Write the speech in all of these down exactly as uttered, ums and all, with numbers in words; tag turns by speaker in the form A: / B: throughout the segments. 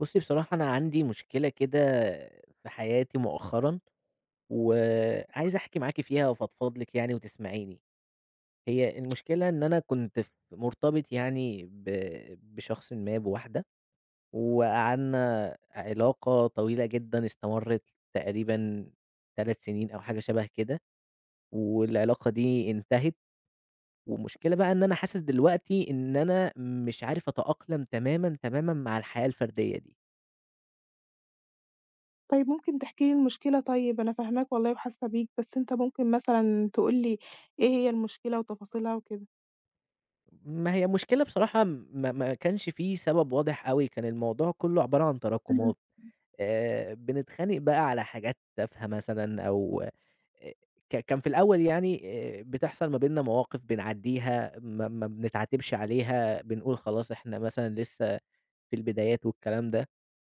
A: بُصّي، بصراحة أنا عندي مشكلة كده في حياتي مؤخرًا، وعايز أحكي معاكِ فيها وأفضفض لِك يعني وتسمعيني. هي المشكلة إن أنا كنت ف مرتبط يعني ب بشخصٍ ما، بواحدة، وقعدنا علاقة طويلة جدًا استمرت تقريبًا 3 سنين أو حاجة شبه كده، والعلاقة دي انتهت. والمشكلة بقى إن أنا حاسس دلوقتي إن أنا مش عارف أتأقلم تمامًا، تمامًا مع الحياة الفردية دي.
B: طيب ممكن تحكي لي المشكلة طيب، أنا فاهماك والله وحاسة بيك، بس أنت ممكن مثلًا تقول لي إيه هي المشكلة وتفاصيلها وكده؟
A: ما هي مشكلة بصراحة ما ما كانش في سبب واضح أوي، كان الموضوع كلّه عبارة عن تراكمات، آآ بنتخانق بقى على حاجات تافهة مثلًا أو آآ ك كان في الأول يعني آآ بتحصل ما بيننا مواقف بنعدّيها، ما ما بنتعاتبش عليها، بنقول خلاص إحنا مثلًا لسه في البدايات والكلام ده،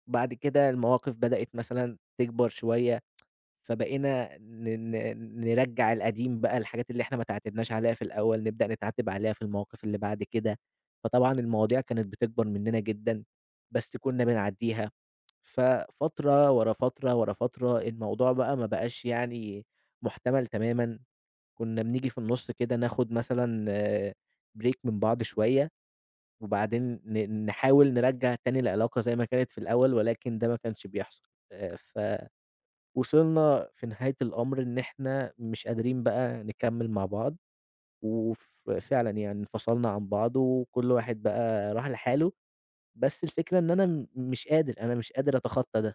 A: بعد كده المواقف بدأت مثلًا تكبر شوية فبقينا ن ن نرجّع القديم بقى، الحاجات اللي إحنا ما تعاتبناش عليها في الأول، نبدأ نتعاتب عليها في المواقف اللي بعد كده، فطبعًا المواضيع كانت بتكبر مننا جدًا، بس كنا بنعدّيها. ففترة ورا فترة، ورا فترة، الموضوع بقى ما بقاش يعني مُحتمل تمامًا، كنا بنيجي في النُص كده ناخد مثلًا break من بعض شوية، وبعدين ن نحاول نرجّع تاني العلاقة زي ما كانت في الأول، ولكن ده ما كانش بيحصل. آآ ف وصلنا في نهاية الأمر إن إحنا مش قادرين بقى نكمّل مع بعض، وف فعلًا يعني انفصلنا عن بعض وكل واحد بقى راح لحاله، بس الفكرة إن أنا م مش قادر، أنا مش قادر أتخطى ده.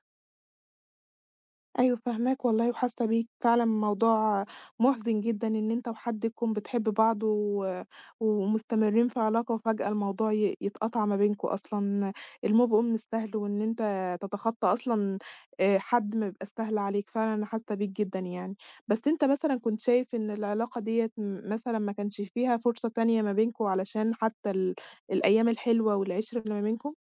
B: أيوه فاهماك والله وحاسة بيك، فعلًا موضوع مُحزِن جدًا إن أنت وحد تكون بتحب بعض و ومستمرين في علاقة، وفجأة الموضوع ي يتقطع ما بينكم أصلًا. الmove on مش سهل، وإن أنت تتخطى أصلًا آآ حد ما بيبقاش سهل عليك، فعلًا أنا حاسة بيك جدًا يعني. بس أنت مثلًا كنت شايف إن العلاقة ديّة م مثلًا ما كانش فيها فرصة تانية ما بينكم علشان حتى ال الأيام الحلوة والعِشرة اللي ما بينكم؟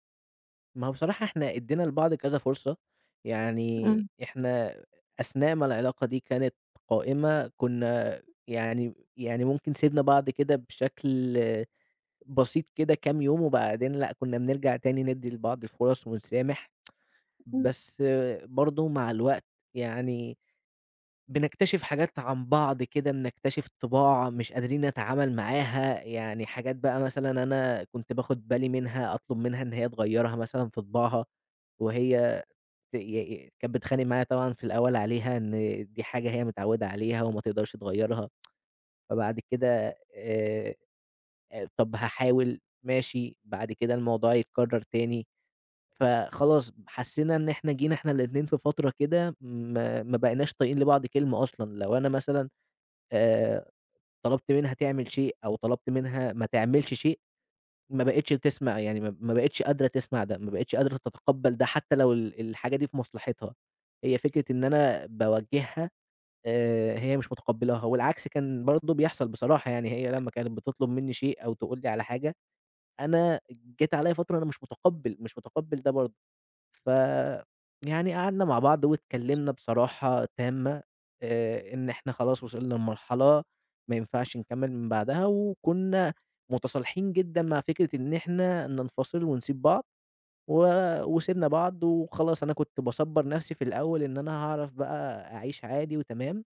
A: ما هو بصراحة إحنا ادّينا لبعض كذا فرصة، يعني
B: إمم،
A: إحنا أثناء ما العلاقة دي كانت قائمة كنا يعني يعني ممكن سِبنا بعض كده بشكل بسيط كده كام يوم، وبعدين لأ، كنا بنرجع تاني ندّي لبعض الفُرَص ونسامح.
B: إمم،
A: بس برضه مع الوقت يعني بنكتشف حاجات عن بعض كده، بنكتشف طباع مش قادرين نتعامل معاها، يعني حاجات بقى مثلًا أنا كنت باخد بالي منها، أطلب منها إن هي تغيّرها مثلًا في طباعها، وهي ت ي ي- كانت بتتخانق معايا طبعًا في الأول عليها إن دي حاجة هي متعودة عليها وما تقدرش تغيّرها، فبعد كده آآ، طب هاحاول ماشي، بعد كده الموضوع يتكرر تاني. فخلاص حسينا إن إحنا جينا إحنا الاتنين في فترة كده ما ما بقيناش طايقين لبعض كلمة أصلًا، لو أنا مثلًا آآ طلبت منها تعمل شيء أو طلبت منها ما تعملش شيء، ما بقتش تسمع يعني ما ما بقتش قادرة تسمع ده، ما بقتش قادرة تتقبّل ده حتى لو ال الحاجة دي في مصلحتها، هي فكرة إن أنا باوجّهها آآ هي مش متقبّلاها، والعكس كان برضه بيحصل بصراحة يعني هي لمّا كانت بتطلب منّي شيء أو تقول لي على حاجة، أنا جات عليّا فترة أنا مش متقبّل، مش متقبّل ده برضه. ف يعني قعدنا مع بعض واتكلّمنا بصراحة تامة، آآ إن إحنا خلاص وصلنا لمرحلة ما ينفعش نكمّل من بعدها، وكُنّا متصالحين جدًا مع فكرة إن إحنا ننفصل ونسيب بعض، و وسِبنا بعض وخلاص أنا كنت باصبّر نَفْسي في الأول إن أنا هاعرف بقى أعيش عادي وتمام،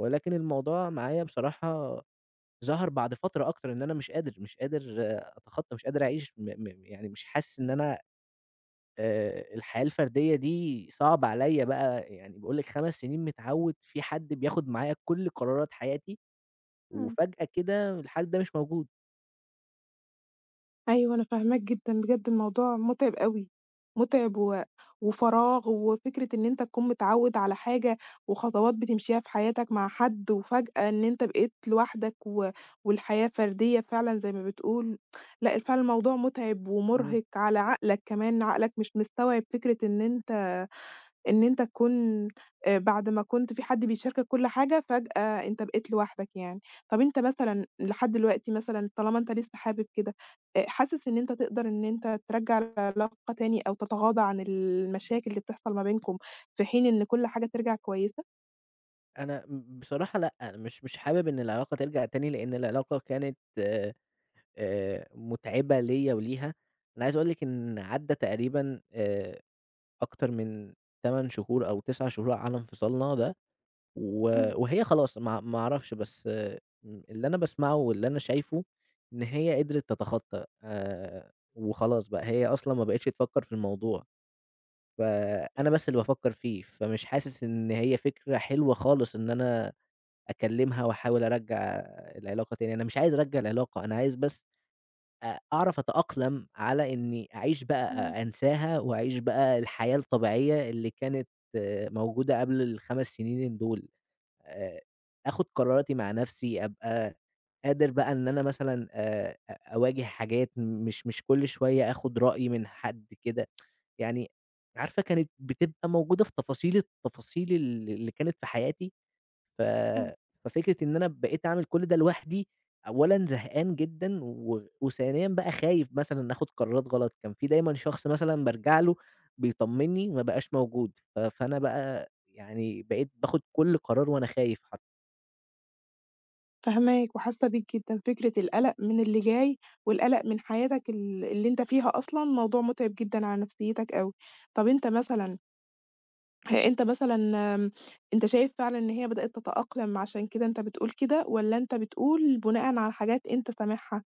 A: ولكن الموضوع معايا بصراحة ظَهَر بعد فترة أكتر إن أنا مش قادر، مش قادر آه، أتخطّى، مش قادر أعيش م م يعني مش حاسس إن أنا آآ الحياة الفردية دي صعب عليّا بقى، يعني باقول لِك 5 سنين متعوّد في حد بياخد معايا كل قرارات حياتي،
B: إمم.
A: وفجأة كده الحد ده مش موجود.
B: أيوه أنا فاهماك جدًا، بجد الموضوع مُتعب أوي، مُتعب و وفراغ، وفكرة إن أنت تكون متعوّد على حاجة وخطوات بتمشيها في حياتك مع حد، وفجأة إن أنت بقيت لوحدك و والحياة فردية فعلًا زي ما بتقول. لأ فعلًا الموضوع مُتعب
A: إمم.
B: ومُرهِق على عقلك كمان، عقلك مش مستوعب فكرة إن أنت إن أنت تكون آآ بعد ما كنت في حد بيشاركك كل حاجة، فجأة أنت بقيت لوحدك يعني. طَب أنت مثلًا لحد دلوقتي مثلًا طالما أنت لسه حابب كده، آآ حاسس إن أنت تقدر إن أنت ترجّع العلاقة تاني أو تتغاضى عن المشاكل اللي بتحصل ما بينكم، في حين إن كل حاجة ترجع كويسة؟
A: أنا م بصراحة لأ، أنا مش مش حابب إن العلاقة ترجع تاني، لإن العلاقة كانت آآ مُتعبة ليّا وليها. أنا عايز أقول لِك إن عدّى تقريبًا آآ أكتر من 8 شهور أو 9 شهور على انفصالنا ده. و
B: إمم،
A: وهي خلاص ما ما أعرفش بس آه، م اللي أنا باسمعه واللي أنا شايفه إن هي قدرت تتخطى آآ، وخلاص بقى هي أصلًا ما بقتش تفكّر في الموضوع، فأنا بس اللي بافكّر فيه، فمش حاسس إن هي فكرة حلوة خالص إن أنا أكلّمها وأحاول أرجّع العلاقة تاني، أنا مش عايز أرجّع العلاقة، أنا عايز بس أ أعرف أتأقلم على إني أعيش
B: إمم،
A: بقى أ أنساها وأعيش بقى الحياة الطبيعية اللي كانت آه، موجودة قبل الخمس سنين دول. آآ آخُد قراراتي مع نَفْسي، أبقى قادر بقى إن أنا مثلًا آآ أ أواجه حاجات مش مش كل شوية آخُد رأي من حد كده، يعني عارفة كانت بتبقى موجودة في تفاصيل التفاصيل ال اللي كانت في حياتي، ف
B: إمم.
A: ففكرة إن أنا بقيت أعمل كل ده لوحدي، أولًا زهقان جدًا و وثانيًا بقى خايف مثلًا آخُد قرارات غلط، كان في دايمًا شخص مثلًا بارجع له بيطمّني ما بقاش موجود، ف فأنا بقى يعني بقيت باخُد كل قرار وأنا خايف حرفيًا.
B: فاهماك وحاسة بيك جدًا، فكرة القلق من اللي جاي والقلق من حياتك ال اللي أنت فيها أصلًا موضوع مُتعب جدًا على نفسيتك أوي. طَب أنت مثلًا هي أنت مثلًا آمم، أنت شايف فعلًا إن هي بدأت تتأقلم عشان كده أنت بتقول كده، والّا أنت بتقول بناءً على حاجات أنت سامعها؟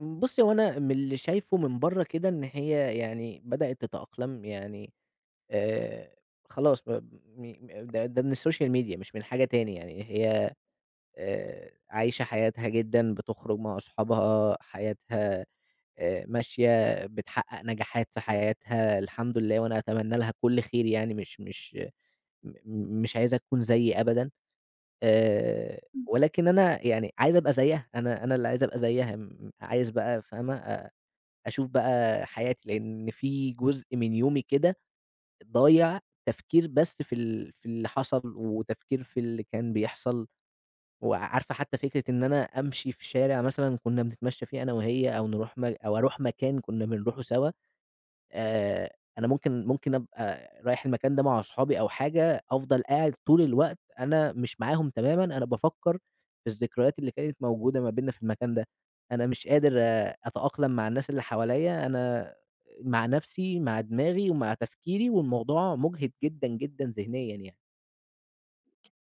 A: بُصّي، هو أنا من اللي شايفه من برّه كده إن هي يعني بدأت تتأقلم، يعني آآ خلاص ب م م- ده ده من السوشيال ميديا مش من حاجة تاني يعني هي آآ عايشة حياتها جدًا، بتخرج مع أصحابها، حياتها آآ ماشية، بتحقق نجاحات في حياتها الحمد لله، وأنا أتمنى لها كل خير يعني مش مش م م- مش عايزها تكون زيي أبدًا، آآ ولكن أنا يعني عايز أبقى زيها، أنا أنا اللي عايز أبقى زيها، م عايز بقى فاهمة؟ أ أشوف بقى حياتي، لإن في جزء من يومي كده ضايع تفكير بس في ال في اللي حصل، وتفكير في اللي كان بيحصل، وعارفة حتى فكرة إن أنا أمشي في شارع مثلًا كنا بنتمشى فيه أنا وهي، أو نروح م أو أروح مكان كنا بنروحه سوا. آآ أنا ممكن ممكن أبقى رايح المكان ده مع أصحابي أو حاجة، أفضل قاعد طول الوقت أنا مش معاهم تمامًا، أنا بافكّر في الذكريات اللي كانت موجودة ما بيننا في المكان ده، أنا مش قادر آه، أتأقلم مع الناس اللي حواليّا، أنا مع نفسي، مع دماغي ومع تفكيري، والموضوع مُجهِد جدًا، جدًا ذهنيًا يعني.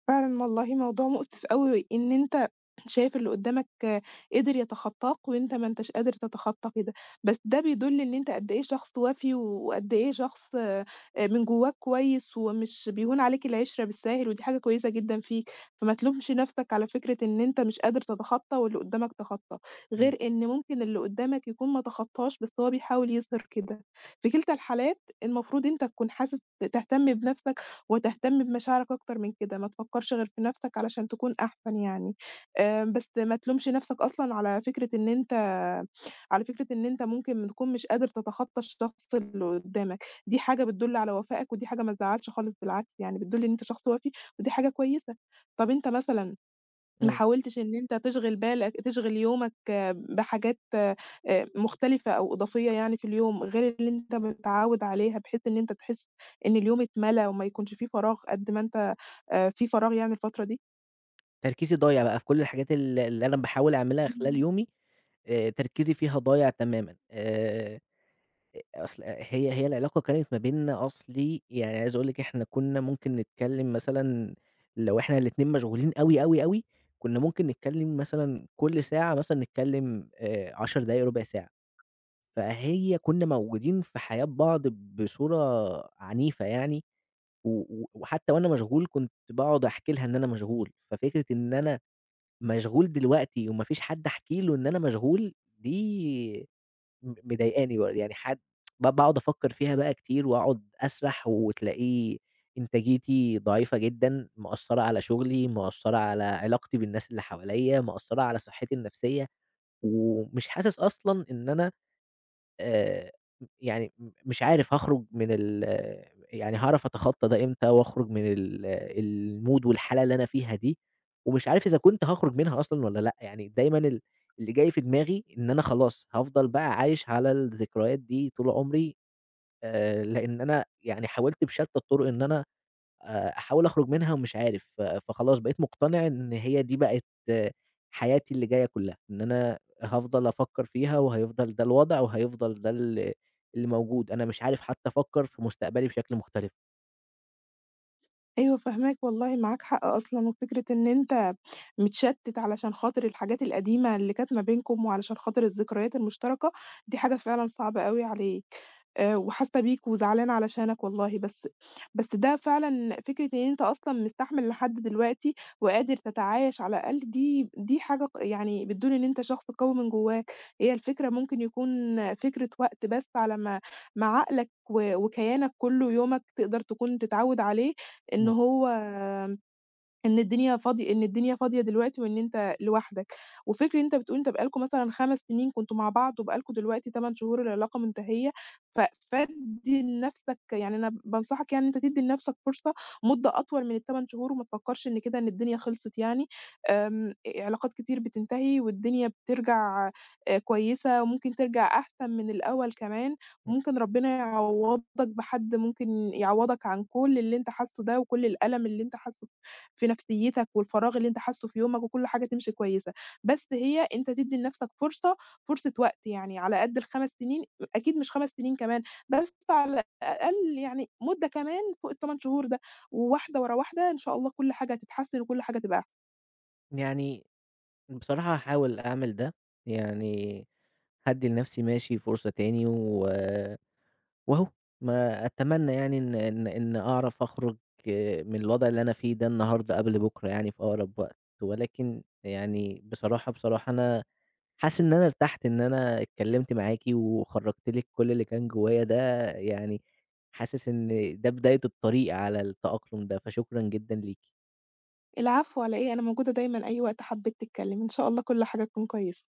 B: فعلًا والله موضوع مؤسف أوي، إن أنت شايف اللي قدّامك قدر يتخطاك وأنت ما أنتش قادر تتخطى كده، بس ده بيدل إن أنت قد إيه شخص وَفي، وقد إيه شخص آآ من جواك كويس ومش بيهون عليك العِشرة بالساهل، ودي حاجة كويسة جدًا فيك، فما تلومش نَفْسك على فكرة إن أنت مش قادر تتخطى واللي قدّامك تخطى،
A: إمم،
B: غير إن ممكن اللي قدّامك يكون ما تخطاش بس هو بيحاول يظهر كده. في كلتا الحالات المفروض أنت تكون حاسس، تهتم بنَفْسك وتهتم بمشاعرك أكتر من كده، ما تفكّرش غير في نَفْسك علشان تكون أحسن يعني. آآ بس ما تلومش نَفْسك أصلًا على فكرة إن أنت على فكرة إن أنت ممكن تكون مش قادر تتخطّى الشخص اللي قُدّامك، دي حاجة بتدُل على وفائك، ودي حاجة ما تزعّلش خالص بالعكس يعني، بتدُل إن أنت شخص وَفي ودي حاجة كويسة. طَب أنت مثلًا ما
A: إمم.
B: حاولتش إن أنت تشغِل بالك تشغِل يومك بحاجات آآ مختلفة أو إضافية يعني في اليوم، غير اللي أنت متعوِّد عليها، بحيث إن أنت تحس إن اليوم اتملى وما يكونش في فراغ قد ما أنت آآ في فراغ يعني الفترة دي؟
A: تركيزي ضايع بقى في كل الحاجات ال اللي أنا باحاول أعملها خلال
B: إمم.
A: يومي، آآ تركيزي فيها ضايع تمامًا. آآ أ أصل هي هي العلاقة كانت ما بيننا أصلي يعني عايز أقول لِك إحنا كنا ممكن نتكلم مثلًا لو إحنا الاتنين مشغولين أوي، أوي، أوي، كنا ممكن نتكلم مثلًا كل ساعة مثلًا نتكلم آآ 10 دقايق، ربع ساعة، فهي كنا موجودين في حياة بعض بصورة عنيفة يعني، و و وحتى وأنا مشغول كنت باقعد أحكي لها إن أنا مشغول، ففكرة إن أنا مشغول دلوقتي وما فيش حد أحكي له إن أنا مشغول دي م مضايقاني بر يعني حد ب باقعد أفكّر فيها بقى كتير وأقعد أسرح وتلاقيه إنتاجيتي ضعيفة جدًا، مأثّرة على شغلي، مأثّرة على علاقتي بالناس اللي حواليّا، مأثّرة على صحّتي النفسية، ومش حاسس أصلًا إن أنا آآ يعني م مش عارف هاخرج من ال يعني هاعرف أتخطّى ده إمتى وأخرج من ال الmood والحالة اللي أنا فيها دي، ومش عارف إذا كنت هاخرج منها أصلًا والّا لأ، يعني دايمًا ال اللي جاي في دماغي إن أنا خلاص هافضل بقى عايش على الذكريات دي طول عمري، آآ لإن أنا يعني حاولت بشتى الطرق إن أنا آآ أحاول أخرج منها ومش عارف، ف فخلاص بقيت مقتنع إن هي دي بقت آه، حياتي اللي جاية كلها، إن أنا هافضل أفكّر فيها وهيفضل ده الوضع وهيفضل ده ال اللي موجود، أنا مش عارف حتى أفكّر في مستقبلي بشكل مختلف.
B: أيوه فاهماك والله، معاك حق أصلًا، وفكرة إن أنت متشتِّت علشان خاطر الحاجات القديمة اللي كانت ما بينكم وعلشان خاطر الذكريات المشتركة، دي حاجة فعلًا صعبة أوي عليك. آآ وحاسة بيك وزعلانة علشانك والله، بس بس ده فعلًا فكرة إن أنت أصلًا مستحمل لحد دلوقتي وقادر تتعايش على الأقل، دي دي حاجة ق يعني بتدل إن أنت شخص قوي من جواك. هي الفكرة ممكن يكون فكرة وقت بس، على ما ما عقلك و وكيانك كُلّه، يومك تقدر تكون تتعوّد عليه إن
A: إمم،
B: هو إن الدنيا فاضي إن الدنيا فاضية دلوقتي وإن أنت لوحدك، وفكرة إن أنت بتقول أنت بقى لكم مثلًا خمس سنين كنتم مع بعض وبقى لكم دلوقتي ثمانية شهور العلاقة منتهية، ف فادّي لنفْسك يعني أنا بانصحك يعني إن أنت تدّي لنفْسك فرصة، مدة أطول من ال8 شهور، وما تفكّرش إن كده إن الدنيا خلصت يعني. آمم، آآ علاقات كتير بتنتهي والدنيا بترجع آآ كويسة وممكن ترجع أحسن من الأول كمان،
A: إمم.
B: وممكن ربنا يعوّضك بحد ممكن يعوّضك عن كل اللي أنت حاسّه ده وكل الألم اللي أنت حاسّه في نفسيتك، والفراغ اللي أنت حاسّه في يومك، وكل حاجة تمشي كويسة. بس هي أنت تدّي لنفسك فرصة، فرصة وقت يعني على قد ال5 سنين، أكيد مش خمس سنين كمان، بس على الأقل يعني مدة كمان فوق ال8 شهور ده، وواحدة ورا واحدة إن شاء الله كل حاجة هتتحسّن وكل حاجة هتبقى أحسن.
A: يعني بصراحة هاحاول أعمل ده، يعني هادّي لنفسي ماشي فرصة تاني و وأهو ما أتمنى يعني إن إن إن أعرف أخرج آه، من الوضع اللي أنا فيه ده النهارده قبل بُكرة يعني في أقرب وقت، ولكن يعني بصراحة، بصراحة أنا حاسس إن أنا ارتحت إن أنا اتكلمت معاكِ وخرّجت لِك كل اللي كان جوايا ده، يعني حاسس إن ده بداية الطريق على التأقلم ده، فشكرًا جدًا ليكِ.
B: العفو على إيه، أنا موجودة دايمًا أي وقت حبّيت تتكلّم، إن شاء الله كل حاجة تكون كويسة.